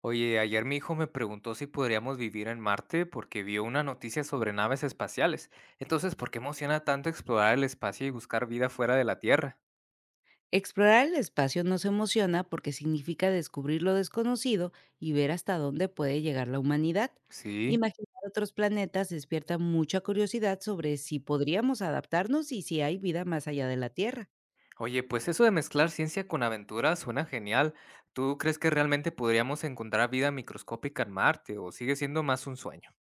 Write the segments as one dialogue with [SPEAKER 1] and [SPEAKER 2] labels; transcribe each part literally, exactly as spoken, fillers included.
[SPEAKER 1] Oye, ayer mi hijo me preguntó si podríamos vivir en Marte porque vio una noticia sobre naves espaciales. Entonces, ¿por qué emociona tanto explorar el espacio y buscar vida fuera de la Tierra?
[SPEAKER 2] Explorar el espacio nos emociona porque significa descubrir lo desconocido y ver hasta dónde puede llegar la humanidad.
[SPEAKER 1] Sí.
[SPEAKER 2] Imaginar otros planetas despierta mucha curiosidad sobre si podríamos adaptarnos y si hay vida más allá de la Tierra.
[SPEAKER 1] Oye, pues eso de mezclar ciencia con aventura suena genial. ¿Tú crees que realmente podríamos encontrar vida microscópica en Marte o sigue siendo más un sueño?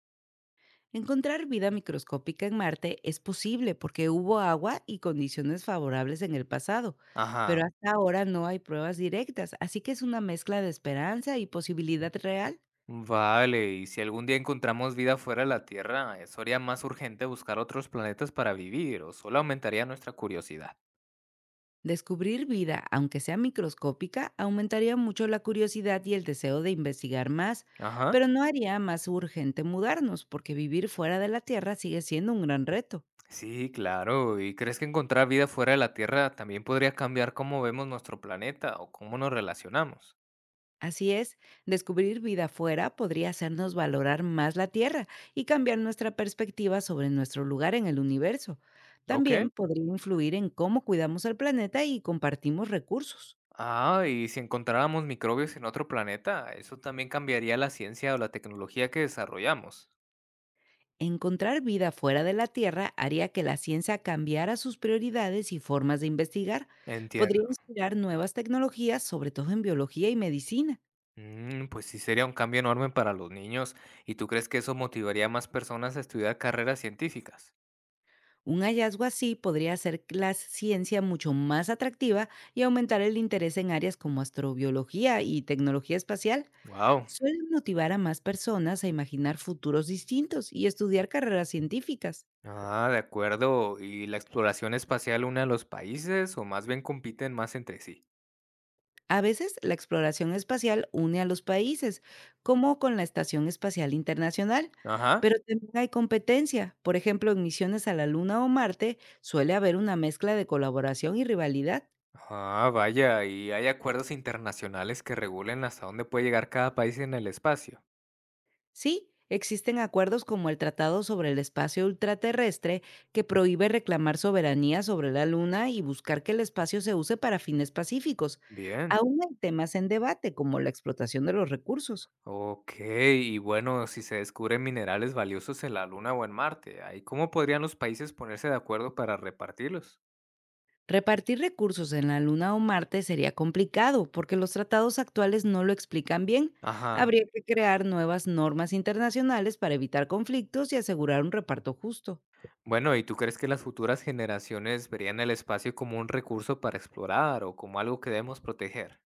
[SPEAKER 2] Encontrar vida microscópica en Marte es posible porque hubo agua y condiciones favorables en el pasado,
[SPEAKER 1] Ajá.
[SPEAKER 2] pero hasta ahora no hay pruebas directas, así que es una mezcla de esperanza y posibilidad real.
[SPEAKER 1] Vale, y si algún día encontramos vida fuera de la Tierra, ¿eso haría más urgente buscar otros planetas para vivir o solo aumentaría nuestra curiosidad?
[SPEAKER 2] Descubrir vida, aunque sea microscópica, aumentaría mucho la curiosidad y el deseo de investigar más,
[SPEAKER 1] Ajá.
[SPEAKER 2] pero no haría más urgente mudarnos, porque vivir fuera de la Tierra sigue siendo un gran reto.
[SPEAKER 1] Sí, claro. ¿Y crees que encontrar vida fuera de la Tierra también podría cambiar cómo vemos nuestro planeta o cómo nos relacionamos?
[SPEAKER 2] Así es, descubrir vida fuera podría hacernos valorar más la Tierra y cambiar nuestra perspectiva sobre nuestro lugar en el universo.
[SPEAKER 1] Ok.
[SPEAKER 2] También podría influir en cómo cuidamos el planeta y compartimos recursos.
[SPEAKER 1] Ah, y si encontráramos microbios en otro planeta, eso también cambiaría la ciencia o la tecnología que desarrollamos.
[SPEAKER 2] Encontrar vida fuera de la Tierra haría que la ciencia cambiara sus prioridades y formas de investigar. Podría
[SPEAKER 1] Entiendo.
[SPEAKER 2] inspirar nuevas tecnologías, sobre todo en biología y medicina.
[SPEAKER 1] Mm, pues sí sería un cambio enorme para los niños. ¿Y tú crees que eso motivaría a más personas a estudiar carreras científicas?
[SPEAKER 2] Un hallazgo así podría hacer la ciencia mucho más atractiva y aumentar el interés en áreas como astrobiología y tecnología espacial.
[SPEAKER 1] Wow.
[SPEAKER 2] Suele motivar a más personas a imaginar futuros distintos y estudiar carreras científicas.
[SPEAKER 1] Ah, de acuerdo. ¿Y la exploración espacial une a los países o más bien compiten más entre sí?
[SPEAKER 2] A veces la exploración espacial une a los países, como con la Estación Espacial Internacional,
[SPEAKER 1] Ajá.
[SPEAKER 2] pero también hay competencia. Por ejemplo, en misiones a la Luna o Marte suele haber una mezcla de colaboración y rivalidad.
[SPEAKER 1] Ah, vaya, ¿y hay acuerdos internacionales que regulen hasta dónde puede llegar cada país en el espacio?
[SPEAKER 2] Sí, existen acuerdos como el Tratado sobre el Espacio Ultraterrestre, que prohíbe reclamar soberanía sobre la Luna y buscar que el espacio se use para fines pacíficos.
[SPEAKER 1] Bien.
[SPEAKER 2] Aún hay temas en debate, como la explotación de los recursos.
[SPEAKER 1] Ok, y bueno, si se descubren minerales valiosos en la Luna o en Marte, ¿ahí cómo podrían los países ponerse de acuerdo para repartirlos?
[SPEAKER 2] Repartir recursos en la Luna o Marte sería complicado porque los tratados actuales no lo explican bien.
[SPEAKER 1] Ajá.
[SPEAKER 2] Habría que crear nuevas normas internacionales para evitar conflictos y asegurar un reparto justo.
[SPEAKER 1] Bueno, ¿y tú crees que las futuras generaciones verían el espacio como un recurso para explorar o como algo que debemos proteger?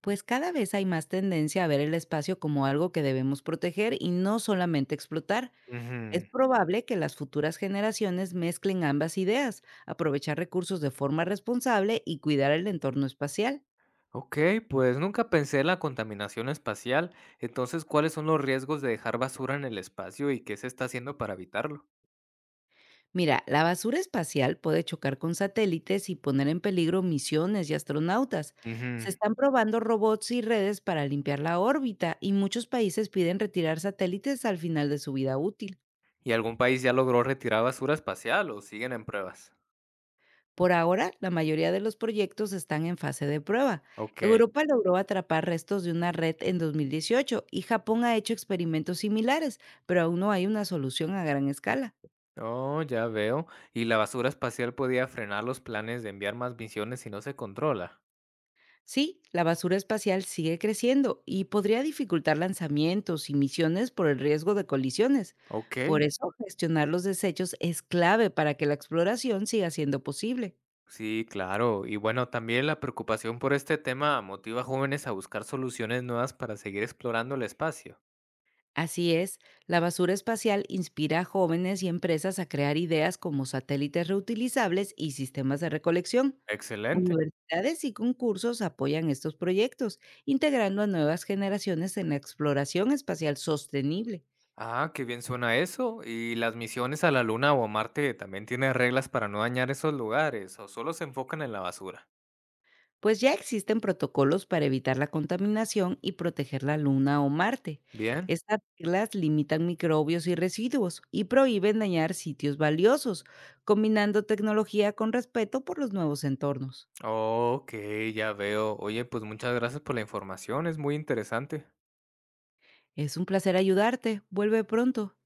[SPEAKER 2] Pues cada vez hay más tendencia a ver el espacio como algo que debemos proteger y no solamente explotar. Es
[SPEAKER 1] Ujú.
[SPEAKER 2] probable que las futuras generaciones mezclen ambas ideas, aprovechar recursos de forma responsable y cuidar el entorno espacial.
[SPEAKER 1] Ok, pues nunca pensé en la contaminación espacial. Entonces, ¿cuáles son los riesgos de dejar basura en el espacio y qué se está haciendo para evitarlo?
[SPEAKER 2] Mira, la basura espacial puede chocar con satélites y poner en peligro misiones y astronautas. Se
[SPEAKER 1] Ujú.
[SPEAKER 2] están probando robots y redes para limpiar la órbita, y muchos países piden retirar satélites al final de su vida útil.
[SPEAKER 1] ¿Y algún país ya logró retirar basura espacial o siguen en pruebas?
[SPEAKER 2] Por ahora, la mayoría de los proyectos están en fase de prueba.
[SPEAKER 1] Ok.
[SPEAKER 2] Europa logró atrapar restos de una red en dos mil dieciocho y Japón ha hecho experimentos similares, pero aún no hay una solución a gran escala.
[SPEAKER 1] Oh, ya veo. ¿Y la basura espacial podía frenar los planes de enviar más misiones si no se controla?
[SPEAKER 2] Sí, la basura espacial sigue creciendo y podría dificultar lanzamientos y misiones por el riesgo de colisiones.
[SPEAKER 1] Ok.
[SPEAKER 2] Por eso, gestionar los desechos es clave para que la exploración siga siendo posible.
[SPEAKER 1] Sí, claro. Y bueno, también la preocupación por este tema motiva a jóvenes a buscar soluciones nuevas para seguir explorando el espacio.
[SPEAKER 2] Así es, la basura espacial inspira a jóvenes y empresas a crear ideas como satélites reutilizables y sistemas de recolección.
[SPEAKER 1] Excelente.
[SPEAKER 2] Universidades y concursos apoyan estos proyectos, integrando a nuevas generaciones en la exploración espacial sostenible.
[SPEAKER 1] Ah, qué bien suena eso. ¿Y las misiones a la Luna o a Marte también tienen reglas para no dañar esos lugares o solo se enfocan en la basura?
[SPEAKER 2] Pues ya existen protocolos para evitar la contaminación y proteger la Luna o Marte.
[SPEAKER 1] Bien.
[SPEAKER 2] Estas reglas limitan microbios y residuos y prohíben dañar sitios valiosos, combinando tecnología con respeto por los nuevos entornos.
[SPEAKER 1] Ok, ya veo. Oye, pues muchas gracias por la información, es muy interesante.
[SPEAKER 2] Es un placer ayudarte. Vuelve pronto.